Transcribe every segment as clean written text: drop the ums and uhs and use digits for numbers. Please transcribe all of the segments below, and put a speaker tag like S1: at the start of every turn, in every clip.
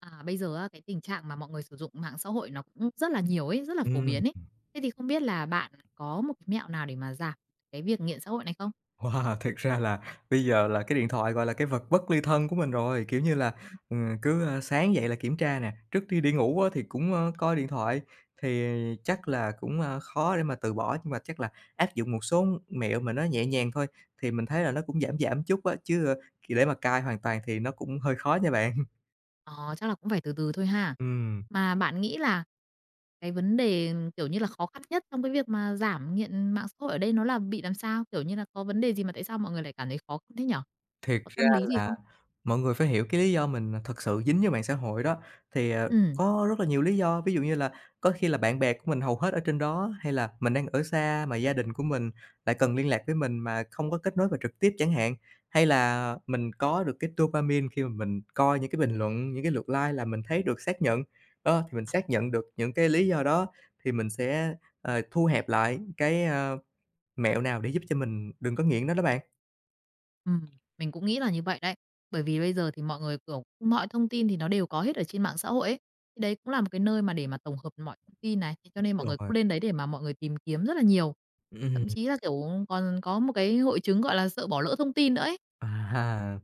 S1: À, bây giờ á, cái tình trạng mà mọi người sử dụng mạng xã hội nó cũng rất là nhiều ấy, rất là phổ
S2: Ừm,
S1: biến ấy. Thế thì không biết là bạn có một cái mẹo nào để mà giảm cái việc nghiện xã hội này không?
S2: wow, thực ra là bây giờ là cái điện thoại, gọi là, cái vật bất ly thân của mình rồi, kiểu như là, sáng dậy là kiểm tra nè, trước khi đi ngủ á thì cũng coi điện thoại, thì chắc là cũng khó để mà từ bỏ, nhưng mà chắc là áp dụng một số mẹo mà nó nhẹ nhàng thôi, thì mình thấy là nó cũng giảm giảm chút á, để mà cai hoàn toàn thì nó cũng hơi khó nha bạn.
S1: Ờ, chắc là cũng phải từ từ thôi ha.
S2: Ừm.
S1: Mà bạn nghĩ là cái vấn đề, kiểu như là, khó khăn nhất trong cái việc mà giảm nghiện mạng xã hội ở đây nó là bị làm sao? Kiểu như là, có vấn đề gì mà tại sao mọi người lại cảm thấy khó khăn thế nhở?
S2: Thiệt
S1: Có
S2: ra
S1: tâm lý gì
S2: là
S1: không?
S2: mọi người phải hiểu cái lý do mình thật sự dính vô mạng xã hội đó, thì
S1: Ừm.
S2: có rất là nhiều lý do. Ví dụ như là có khi là bạn bè của mình hầu hết ở trên đó, hay là mình đang ở xa mà gia đình của mình lại cần liên lạc với mình mà không có kết nối và trực tiếp chẳng hạn. Hay là mình có được cái dopamine khi mà mình coi những cái bình luận, những cái lượt like là mình thấy được xác nhận. Đó, thì mình xác nhận được những cái lý do đó thì mình sẽ thu hẹp lại cái mẹo nào để giúp cho mình đừng có nghiện nó đó bạn.
S1: Ừm, mình cũng nghĩ là như vậy đấy. Bởi vì bây giờ thì mọi người, kiểu, mọi thông tin thì nó đều có hết ở trên mạng xã hội ấy. Thì đấy cũng là một cái nơi mà để mà tổng hợp mọi thông tin này, thế cho nên mọi
S2: Đúng
S1: người cũng
S2: rồi.
S1: lên đấy để mà mọi người tìm kiếm rất là nhiều.
S2: Ừm.
S1: Thậm chí là, kiểu, còn có một cái hội chứng, gọi là, sợ bỏ lỡ thông tin nữa ấy.
S2: À,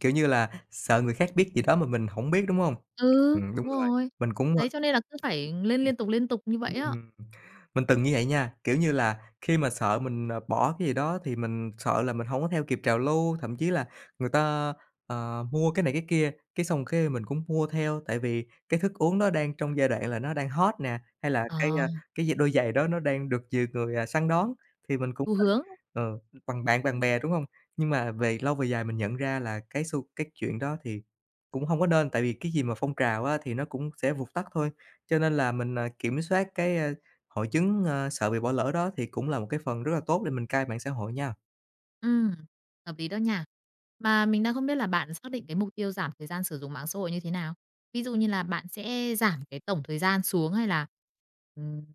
S2: kiểu như là, sợ người khác biết gì đó mà mình hổng biết, đúng hông?
S1: Ừ,
S2: Đúng
S1: đúng
S2: rồi,
S1: rồi.
S2: mình cũng.
S1: Đấy, cho nên là cứ phải lên liên tục như vậy á.
S2: Ừm, mình từng như vậy nha, kiểu như là, khi mà sợ mình bỏ cái gì đó thì mình sợ là mình không có theo kịp trào lưu, thậm chí là người ta mua cái này cái kia, cái xong cái mình cũng mua theo, tại vì cái thức uống đó đang trong giai đoạn là nó đang hot nè, hay là
S1: Ờ,
S2: cái gì đôi giày đó nó đang được nhiều người săn đón thì mình cũng
S1: xu hướng.
S2: ờ, bằng bạn bằng bè, đúng không? Nhưng mà về lâu về dài mình nhận ra là cái chuyện đó thì cũng không có nên, tại vì cái gì mà phong trào á thì nó cũng sẽ vụt tắt thôi. Cho nên là mình kiểm soát hội chứng, sợ bị bỏ lỡ đó thì cũng là một cái phần rất là tốt để mình cai mạng xã hội nha.
S1: Ừm, hợp lý đó nha. Mà mình đang không biết là bạn xác định cái mục tiêu giảm thời gian sử dụng mạng xã hội như thế nào? Ví dụ như là bạn sẽ giảm cái tổng thời gian xuống ừm,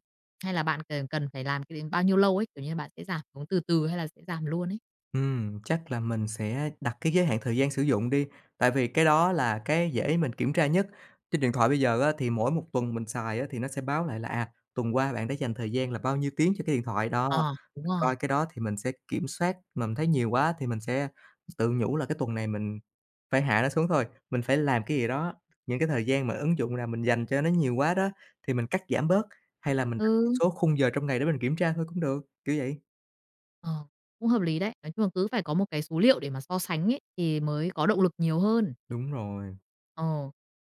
S1: hay là bạn cần cần phải làm cái đến bao nhiêu lâu ấy, kiểu như, là bạn sẽ giảm xuống từ từ hay là sẽ giảm luôn ấy?
S2: Chắc là mình sẽ đặt cái giới hạn thời gian sử dụng đi, tại vì cái đó là cái dễ mình kiểm tra nhất. Trên điện thoại bây giờ á, thì mỗi một tuần mình xài á, thì nó sẽ báo lại là tuần qua bạn đã dành thời gian là bao nhiêu tiếng cho cái điện thoại đó.
S1: Ờ, đúng rồi.
S2: Coi cái đó thì mình sẽ kiểm soát, mà mình thấy nhiều quá thì mình sẽ tự nhủ là cái tuần này mình phải hạ nó xuống thôi, mình phải làm cái gì đó, những cái thời gian mà ứng dụng nào mình dành cho nó nhiều quá đó, thì mình cắt giảm bớt, hay là mình đặt một
S1: Ừ,
S2: số khung giờ trong ngày để mình kiểm tra thôi cũng được, kiểu vậy.
S1: ờ, cũng hợp lý đấy. Nói chung là cứ phải có một cái số liệu để mà so sánh ấy, thì mới có động lực nhiều hơn.
S2: Đúng rồi.
S1: Ồ.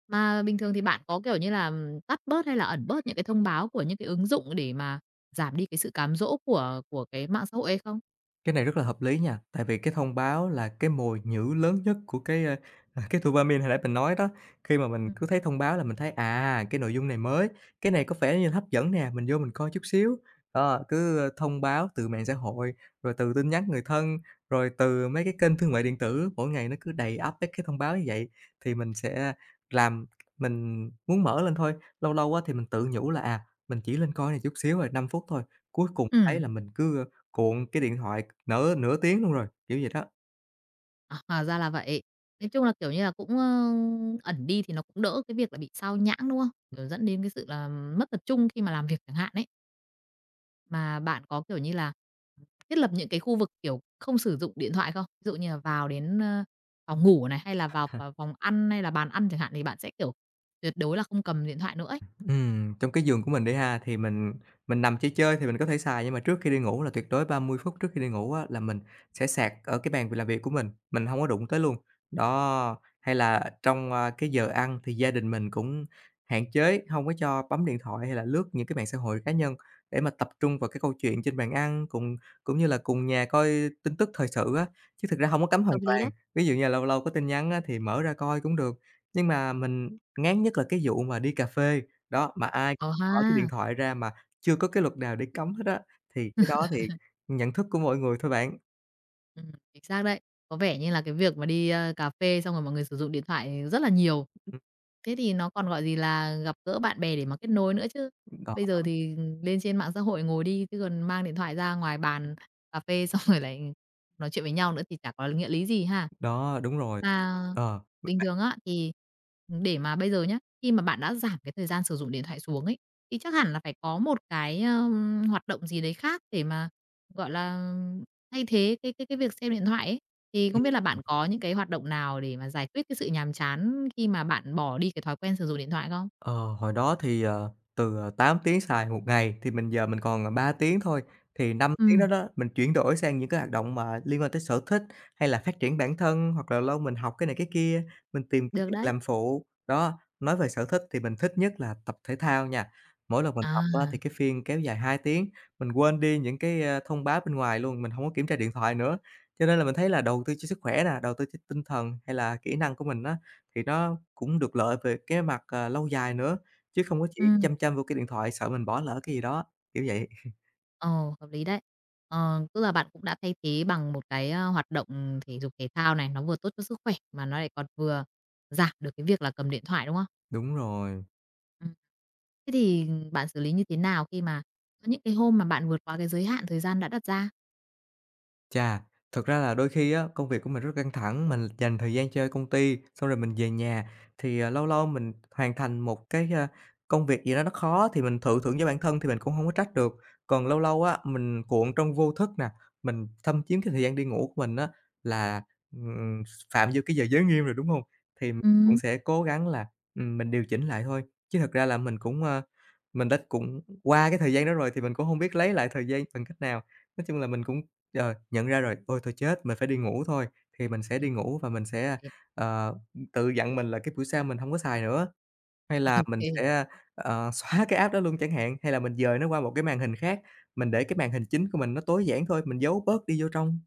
S1: Mà bình thường thì bạn có, kiểu như là, tắt bớt hay là ẩn bớt những cái thông báo của những cái ứng dụng để mà giảm đi cái sự cám dỗ của cái mạng xã hội hay không?
S2: Cái này rất là hợp lý nha, tại vì cái thông báo là cái mồi nhử lớn nhất của cái dopamine hồi nãy mình nói đó. Khi mà mình
S1: Ừm.
S2: cứ thấy thông báo là mình thấy cái nội dung này mới, cái này có vẻ như hấp dẫn nè, mình vô mình coi chút xíu. Thông báo từ mạng xã hội, rồi từ tin nhắn người thân, rồi từ mấy cái kênh thương mại điện tử, mỗi ngày nó cứ đầy ắp mấy cái thông báo như vậy thì mình sẽ làm mình muốn mở lên thôi. Lâu lâu á thì mình tự nhủ là mình chỉ lên coi này chút xíu rồi, 5 phút thôi, cuối cùng thấy
S1: Ừm,
S2: là mình cứ cuộn cái điện thoại nửa nửa tiếng luôn rồi, kiểu vậy đó.
S1: à, hóa ra là vậy. Nói chung là, kiểu như là, cũng, ẩn đi thì nó cũng đỡ cái việc là bị sao nhãng, đúng không? Kiểu, dẫn đến cái sự là mất tập trung khi mà làm việc chẳng hạn ấy. Mà bạn có, kiểu như là, thiết lập những cái khu vực, kiểu, không sử dụng điện thoại không? Ví dụ như là vào đến, phòng ngủ này, hay là vào vào phòng ăn hay là bàn ăn chẳng hạn thì bạn sẽ, kiểu, tuyệt đối là không cầm điện thoại nữa ấy.
S2: Trong cái giường của mình đi ha, thì mình nằm chỉ chơi thì mình có thể xài, nhưng mà trước khi đi ngủ là tuyệt đối 30 phút trước khi đi ngủ á, là mình sẽ sạc ở cái bàn làm việc của mình không có đụng tới luôn. Đó, hay là trong cái giờ ăn thì gia đình mình cũng hạn chế không có cho bấm điện thoại hay là lướt những cái mạng xã hội cá nhân để mà tập trung vào cái câu chuyện trên bàn ăn, cùng cũng như là cùng nhà coi tin tức thời sự á, chứ thực ra không có cấm hoàn
S1: Hợp lý
S2: toàn.
S1: đấy.
S2: Ví dụ như là lâu lâu có tin nhắn á, thì mở ra coi cũng được, nhưng mà mình ngán nhất là cái vụ mà đi cà phê. Đó, mà ai
S1: Ờ
S2: cũng bỏ cái điện
S1: ha.
S2: thoại ra mà chưa có cái luật nào để cấm hết á, thì cái đó thì nhận thức của mỗi người thôi bạn.
S1: Chính xác đấy. Có vẻ như là cái việc mà đi, cà phê xong rồi mọi người sử dụng điện thoại rất là nhiều.
S2: Ừm,
S1: Thế thì nó còn, gọi gì là, gặp gỡ bạn bè để mà kết nối nữa chứ.
S2: đó,
S1: Bây giờ thì lên trên mạng xã hội ngồi đi, chứ còn mang điện thoại ra ngoài bàn cà phê xong rồi lại nói chuyện với nhau nữa thì chả có nghĩa lý gì ha.
S2: đó, đúng rồi,
S1: Mà
S2: ờ.
S1: bình thường á, thì để mà bây giờ nhá, khi mà bạn đã giảm cái thời gian sử dụng điện thoại xuống ấy, thì chắc hẳn là phải có một cái, hoạt động gì đấy khác để mà, gọi là, thay thế cái việc xem điện thoại ấy. Thì không biết là bạn có những cái hoạt động nào để mà giải quyết cái sự nhàm chán khi mà bạn bỏ đi cái thói quen sử dụng điện thoại không?
S2: Ờ, hồi đó thì từ 8 tiếng xài một ngày thì mình giờ mình còn 3 tiếng thôi, thì 5 tiếng đó
S1: Ừm,
S2: đó mình chuyển đổi sang những cái hoạt động mà liên quan tới sở thích, hay là phát triển bản thân, hoặc là lâu mình học cái này cái kia, mình tìm cái
S1: được
S2: việc
S1: đấy.
S2: làm phụ. Đó, nói về sở thích thì mình thích nhất là tập thể thao nha. Mỗi lần mình tập á
S1: À.
S2: thì cái phiên kéo dài 2 tiếng, mình quên đi những cái thông báo bên ngoài luôn, mình không có kiểm tra điện thoại nữa. Cho nên là mình thấy là đầu tư cho sức khỏe nè, đầu tư cho tinh thần hay là kỹ năng của mình á. Thì nó cũng được lợi về cái mặt lâu dài nữa, chứ không có chỉ
S1: Ừm.
S2: chăm chăm vô cái điện thoại sợ mình bỏ lỡ cái gì đó, kiểu vậy.
S1: Ồ, hợp lý đấy. Ờ, tức là bạn cũng đã thay thế bằng một cái, hoạt động thể dục thể thao này, nó vừa tốt cho sức khỏe mà nó lại còn vừa giảm được cái việc là cầm điện thoại, đúng không?
S2: Đúng rồi.
S1: Ừm. Thế thì bạn xử lý như thế nào khi mà có những cái hôm mà bạn vượt qua cái giới hạn thời gian đã đặt ra?
S2: Chà, thật ra là đôi khi á, công việc của mình rất căng thẳng, mình dành thời gian chơi công ty, xong rồi mình về nhà thì lâu lâu mình hoàn thành một công việc gì đó nó khó thì mình tự thưởng cho bản thân thì mình cũng không có trách được. Còn lâu lâu á, mình cuộn trong vô thức nè, mình thâm chiếm cái thời gian đi ngủ của mình á là, ừm, phạm vô cái giờ giới nghiêm rồi, đúng không? Thì mình cũng
S1: Ừm.
S2: sẽ cố gắng là mình điều chỉnh lại thôi, chứ thật ra là mình cũng mình đã cũng qua cái thời gian đó rồi thì mình cũng không biết lấy lại thời gian bằng cách nào. Nói chung là mình cũng nhận ra rồi, "Ôi, thôi chết, mình phải đi ngủ thôi." Thì mình sẽ
S1: Ừm,
S2: đi ngủ và mình sẽ,
S1: vậy
S2: ờ, tự dặn mình là cái buổi sau mình hông có xài nữa, hay là mình
S1: ô.
S2: sẽ, ờ, xóa cái app đó luôn chẳng hạn, hay là mình dời nó qua một cái màn hình khác, mình để cái màn hình chính của mình nó tối giản thôi, mình giấu bớt đi vô trong.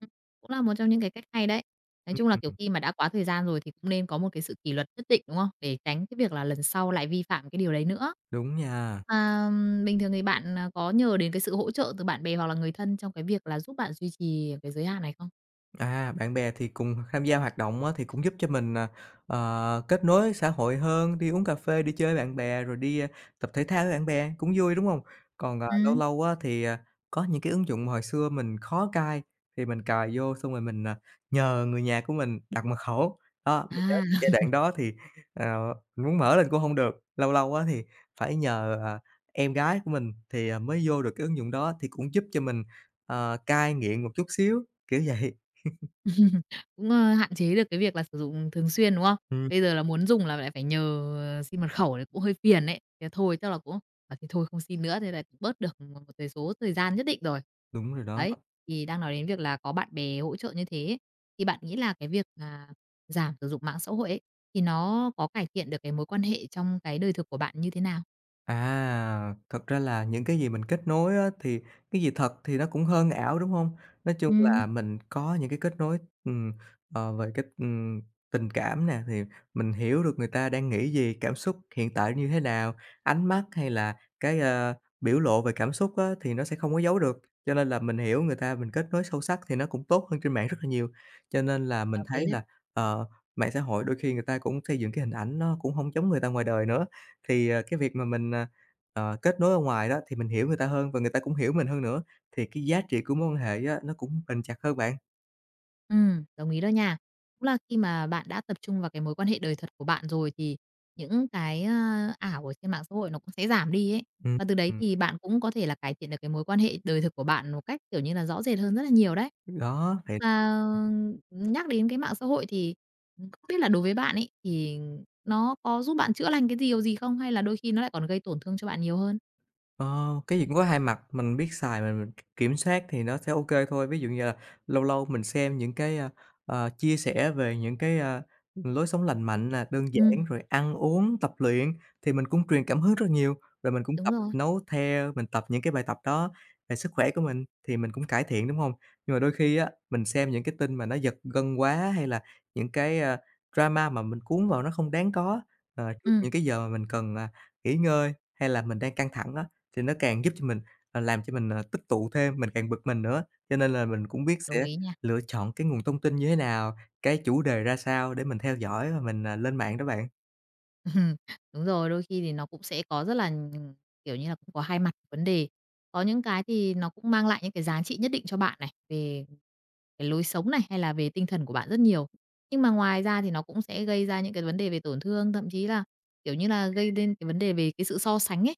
S1: Ừm, cũng là một trong những cái cách hay đấy. Nói chung là,
S2: Ừm,
S1: kiểu, khi mà đã quá thời gian rồi thì cũng nên có một cái sự kỷ luật nhất định, đúng không? Để tránh cái việc là lần sau lại vi phạm cái điều đấy nữa.
S2: đúng nha.
S1: Mà bình thường thì bạn, có nhờ đến cái sự hỗ trợ từ bạn bè hoặc là người thân trong cái việc là giúp bạn duy trì cái giới hạn này không?
S2: À, bạn bè thì cùng tham gia hoạt động á, thì cũng giúp cho mình kết nối xã hội hơn, đi uống cà phê, đi chơi với bạn bè, rồi đi tập thể thao với bạn bè, cũng vui, đúng không? Còn, à, lâu
S1: Ừm.
S2: lâu á, thì, à, có những cái ứng dụng mà hồi xưa mình khó cài, thì mình cài vô xong rồi mình nhờ người nhà của mình đặt mật khẩu. Đó, mình nhớ cái
S1: À.
S2: giai đoạn đó thì muốn mở lên cũng không được, lâu lâu á, thì phải nhờ em gái của mình thì mới vô được cái ứng dụng đó, thì cũng giúp cho mình cai nghiện một chút xíu, kiểu vậy.
S1: Cũng, hạn chế được cái việc là sử dụng thường xuyên, đúng không?
S2: Ừm,
S1: Bây giờ là muốn dùng là lại phải nhờ xin mật khẩu thì cũng hơi phiền đấy. Thế thôi chắc là cũng bảo thì thôi không xin nữa, thế là cũng bớt được một một cái số thời gian nhất định rồi.
S2: đúng rồi đó.
S1: Đấy, thì đang nói đến việc là có bạn bè hỗ trợ như thế ấy, thì bạn nghĩ là cái việc mà giảm sử dụng mạng xã hội ấy, thì nó có cải thiện được cái mối quan hệ trong cái đời thực của bạn như thế nào?
S2: À, thật ra là những cái gì mình kết nối á, thì cái gì thật thì nó cũng hơn ảo, đúng hông? Nói chung
S1: Ừ.
S2: là mình có những cái kết nối, ừm, ờ, về cái, ừm, tình cảm nè, thì mình hiểu được người ta đang nghĩ gì, cảm xúc hiện tại như thế nào, ánh mắt hay là cái biểu lộ về cảm xúc á, thì nó sẽ không có giấu được. Cho nên là mình hiểu người ta, mình kết nối sâu sắc thì nó cũng tốt hơn trên mạng rất là nhiều. Cho nên là mình
S1: Hợp
S2: thấy
S1: lý đấy.
S2: là, ờ, mạng xã hội đôi khi người ta cũng xây dựng cái hình ảnh nó cũng hông giống người ta ngoài đời nữa. Thì, cái việc mà mình, kết nối ở ngoài đó thì mình hiểu người ta hơn và người ta cũng hiểu mình hơn nữa, thì cái giá trị của mối quan hệ á, nó cũng bền chặt hơn bạn.
S1: Ừ, đồng ý đó nha. Cũng là khi mà bạn đã tập trung vào cái mối quan hệ đời thật của bạn rồi thì những cái, ảo ở trên mạng xã hội nó cũng sẽ giảm đi ấy.
S2: Ừm.
S1: Và từ đấy
S2: Ừm,
S1: thì bạn cũng có thể là cải thiện được cái mối quan hệ đời thực của bạn một cách, kiểu như là, rõ rệt hơn rất là nhiều đấy.
S2: đó, thì
S1: Và nhắc đến cái mạng xã hội thì, không biết là đối với bạn ấy thì nó có giúp bạn chữa lành cái điều gì không? Hay là đôi khi nó lại còn gây tổn thương cho bạn nhiều hơn?
S2: Ờ, cái gì cũng có hai mặt, mình biết xài mình kiểm soát thì nó sẽ OK thôi. Ví dụ như là lâu lâu mình xem những cái, chia sẻ về những cái, lối sống lành mạnh là đơn giản,
S1: Ừm,
S2: rồi ăn uống, tập luyện thì mình cũng truyền cảm hứng rất nhiều, rồi mình cũng
S1: đúng
S2: tập
S1: rồi.
S2: nấu theo, mình tập những cái bài tập đó về sức khỏe của mình thì mình cũng cải thiện, đúng không? Nhưng mà đôi khi á, mình xem những cái tin mà nó giật gân quá hay là những cái, drama mà mình cuốn vào nó không đáng có, trước những
S1: Ừm,
S2: cái giờ mà mình cần, nghỉ ngơi hay là mình đang căng thẳng đó thì nó càng giúp cho mình, làm cho mình, tích tụ thêm, mình càng bực mình nữa, cho nên là mình cũng biết
S1: đồng
S2: sẽ
S1: ý nha.
S2: lựa chọn cái nguồn thông tin như thế nào, cái chủ đề ra sao để mình theo dõi và mình, lên mạng đó bạn.
S1: Ừm, đúng rồi, đôi khi thì nó cũng sẽ có rất là, kiểu như là, cũng có hai mặt của vấn đề. Có những cái thì nó cũng mang lại những cái giá trị nhất định cho bạn này, về cái lối sống này, hay là về tinh thần của bạn rất nhiều. Nhưng mà ngoài ra thì nó cũng sẽ gây ra những cái vấn đề về tổn thương, thậm chí là, kiểu như là, gây nên cái vấn đề về cái sự so sánh ấy.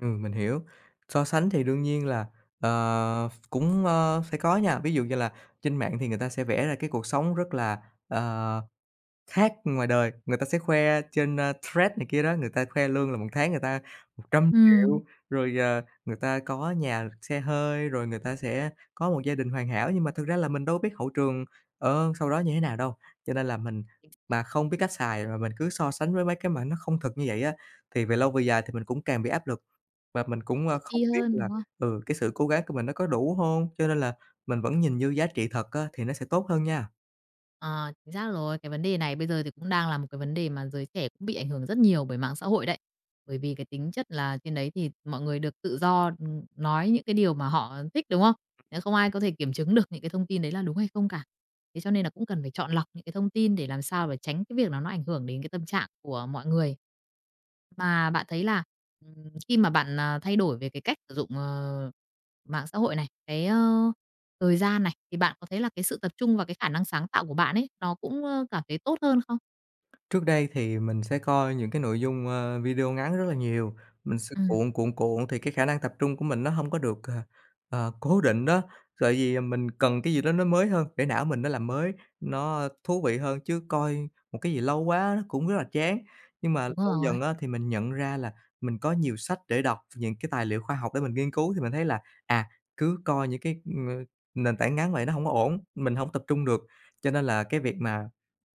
S2: Ừ, mình hiểu. So sánh thì đương nhiên là, cũng, sẽ có nha, ví dụ như là trên mạng thì người ta sẽ vẽ ra cái cuộc sống rất là, ờ khác ngoài đời, người ta sẽ khoe trên, thread này kia đó, người ta khoe lương là một tháng người ta một trăm
S1: Ừm,
S2: triệu rồi, người ta có nhà, xe hơi, rồi người ta sẽ có một gia đình hoàn hảo. Nhưng mà thực ra là mình đâu biết hậu trường, sau đó như thế nào đâu, cho nên là mình mà không biết cách xài mà mình cứ so sánh với mấy cái mà nó không thật như vậy á, thì về lâu về dài thì mình cũng càng bị áp lực và mình cũng,
S1: tự
S2: không
S1: ti
S2: biết
S1: hơn,
S2: là,
S1: đúng không?
S2: ừ, cái sự cố gắng của mình nó có đủ không? Cho nên là mình vẫn nhìn như giá trị thật á thì nó sẽ tốt hơn nha.
S1: Ờ, chính xác rồi. Cái vấn đề này bây giờ thì cũng đang là một cái vấn đề mà giới trẻ cũng bị ảnh hưởng rất nhiều bởi mạng xã hội đấy. Bởi vì cái tính chất là trên đấy thì mọi người được tự do, nói những cái điều mà họ thích, đúng không? Nếu không ai có thể kiểm chứng được những cái thông tin đấy là đúng hay không cả. Thế cho nên là cũng cần phải chọn lọc những cái thông tin để làm sao để tránh cái việc là nó ảnh hưởng đến cái tâm trạng của mọi người. Mà bạn thấy là, khi mà bạn, thay đổi về cái cách sử dụng, mạng xã hội này, cái, thời gian này, thì bạn có thấy là cái sự tập trung và cái khả năng sáng tạo của bạn ấy, nó cũng, cảm thấy tốt hơn không?
S2: Trước đây thì mình sẽ coi những cái nội dung, video ngắn rất là nhiều, mình sẽ
S1: Ừm.
S2: cuộn, cuộn, cuộn thì cái khả năng tập trung của mình nó không có được, cố định đó. Tại vì mình cần cái gì đó nó mới hơn để não mình nó làm mới, nó thú vị hơn, chứ coi một cái gì lâu quá nó cũng rất là chán. Nhưng mà
S1: Đúng
S2: lâu
S1: rồi,
S2: dần á thì mình nhận ra là mình có nhiều sách để đọc, những cái tài liệu khoa học để mình nghiên cứu thì mình thấy là, à, cứ coi những cái, ơ, nền tảng ngắn vậy nó không có ổn, mình không tập trung được. Cho nên là cái việc mà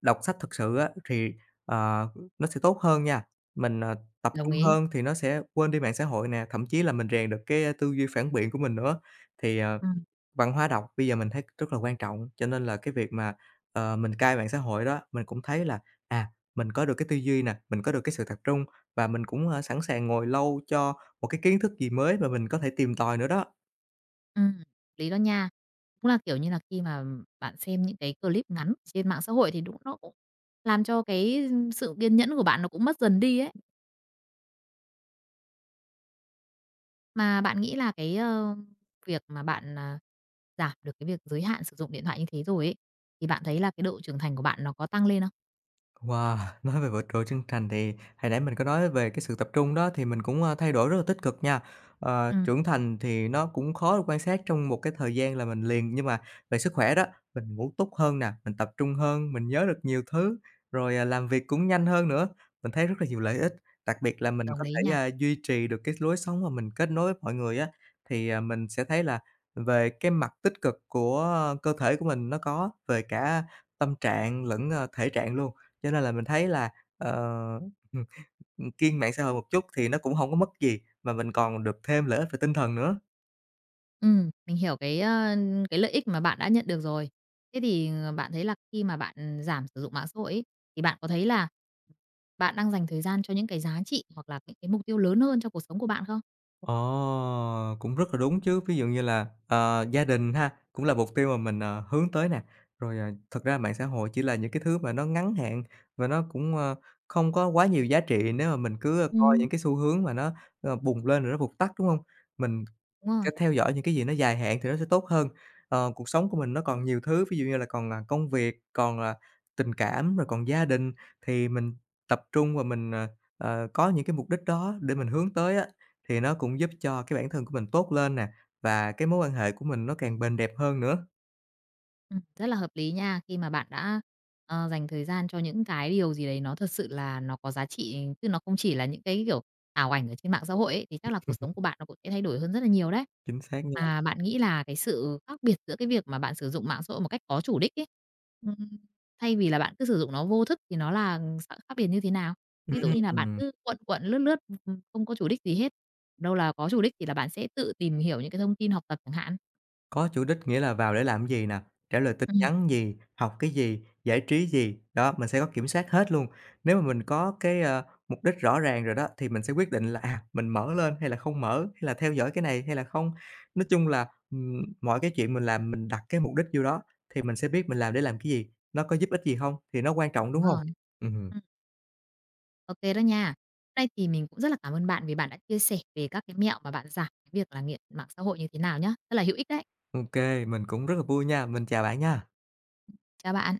S2: đọc sách thực sự á thì Ờ, nó sẽ tốt hơn nha, mình tập
S1: đồng
S2: trung
S1: ý.
S2: hơn thì nó sẽ quên đi mạng xã hội nè, thậm chí là mình rèn được cái, tư duy phản biện của mình nữa. Thì,
S1: Ừm,
S2: văn hóa đọc bây giờ mình thấy rất là quan trọng, cho nên là cái việc mà, mình cai mạng xã hội đó, mình cũng thấy là, à, mình có được cái tư duy nè, mình có được cái sự tập trung và mình cũng, sẵn sàng ngồi lâu cho một cái kiến thức gì mới mà mình có thể tìm tòi nữa đó.
S1: ừm, lý đó nha. Cũng là, kiểu như là, khi mà bạn xem những cái clip ngắn trên mạng xã hội thì đúng nó cũng làm cho cái sự kiên nhẫn của bạn nó cũng mất dần đi ấy. Mà bạn nghĩ là cái, việc mà bạn, giảm được cái việc giới hạn sử dụng điện thoại như thế rồi ấy, thì bạn thấy là cái độ trưởng thành của bạn nó có tăng lên không?
S2: Wow, nói về vượt trội chân thành thì hồi nãy mình có nói về cái sự tập trung đó thì mình cũng, thay đổi rất là tích cực nha. Ờ,
S1: Ừm,
S2: trưởng thành thì nó cũng khó được quan sát trong một cái thời gian là mình liền, nhưng mà về sức khỏe đó, mình ngủ tốt hơn nè, mình tập trung hơn, mình nhớ được nhiều thứ, rồi, làm việc cũng nhanh hơn nữa. Mình thấy rất là nhiều lợi ích, đặc biệt là mình
S1: đồng
S2: có
S1: ý
S2: thể,
S1: nha.
S2: duy trì được cái lối sống mà mình kết nối với mọi người á, thì, mình sẽ thấy là về cái mặt tích cực của cơ thể của mình nó có, về cả tâm trạng lẫn, thể trạng luôn. Cho nên là mình thấy là, ờ, ừm, kiêng mạng xã hội một chút thì nó cũng hông có mất gì, mà mình còn được thêm lợi ích về tinh thần nữa.
S1: Mình hiểu cái, cái lợi ích mà bạn đã nhận được rồi. Thế thì, ờ, bạn thấy là khi mà bạn giảm sử dụng mạng xã hội ấy, thì bạn có thấy là bạn đang dành thời gian cho những cái giá trị hoặc là những cái mục tiêu lớn hơn cho cuộc sống của bạn không?
S2: Ồ, cũng rất là đúng chứ. Ví dụ như là, gia đình ha, cũng là mục tiêu mà mình, hướng tới nè. Rồi, thật ra mạng xã hội chỉ là những cái thứ mà nó ngắn hạn và nó cũng, không có quá nhiều giá trị nếu mà mình cứ coi
S1: Ừ.
S2: những cái xu hướng mà nó, bùng lên rồi nó vụt tắt, đúng hông? Mình
S1: Đúng rồi.
S2: Cách theo dõi những cái gì nó dài hạn thì nó sẽ tốt hơn. Ờ, cuộc sống của mình nó còn nhiều thứ, ví dụ như là còn, là công việc, còn, là tình cảm, rồi còn gia đình, thì mình tập trung và mình, có những cái mục đích đó để mình hướng tới á, thì nó cũng giúp cho cái bản thân của mình tốt lên nè, và cái mối quan hệ của mình nó càng bền đẹp hơn nữa.
S1: Rất là hợp lý nha. Khi mà bạn đã, ờ, dành thời gian cho những cái điều gì đấy nó thật sự là nó có giá trị, chứ nó không chỉ là những cái, kiểu, ảo ảnh ở trên mạng xã hội ấy, thì chắc là cuộc sống của bạn nó cũng sẽ thay đổi hơn rất là nhiều đấy.
S2: Chính xác nha.
S1: Mà bạn nghĩ là cái sự khác biệt giữa cái việc mà bạn sử dụng mạng xã hội một cách có chủ đích ấy, ừm, thay vì là bạn cứ sử dụng nó vô thức thì nó là sự khác biệt như thế nào? Ví dụ như là bạn
S2: Ừm.
S1: cứ quận quận, lướt lướt, không có chủ đích gì hết, đâu là có chủ đích thì là bạn sẽ tự tìm hiểu những cái thông tin học tập chẳng hạn.
S2: Có chủ đích nghĩa là vào để làm gì nè, trả lời tin
S1: Ừm,
S2: nhắn gì, học cái gì, giải trí gì, đó, mình sẽ có kiểm soát hết luôn. Nếu mà mình có cái, mục đích rõ ràng rồi đó, thì mình sẽ quyết định là, mình mở lên hay là không mở, hay là theo dõi cái này hay là không. Nói chung là, mọi cái chuyện mình làm mình đặt cái mục đích vô đó, thì mình sẽ biết mình làm để làm cái gì, nó có giúp ích gì hông, thì nó quan trọng, đúng
S1: đúng
S2: hông?
S1: rồi.
S2: Ừm,
S1: OK đó nha. Hôm nay thì mình cũng rất là cảm ơn bạn vì bạn đã chia sẻ về các cái mẹo mà bạn giảm cái việc là nghiện mạng xã hội như thế nào nhá. Rất là hữu ích đấy.
S2: ô kê, mình cũng rất là vui nha, mình chào bạn nha.
S1: Chào bạn.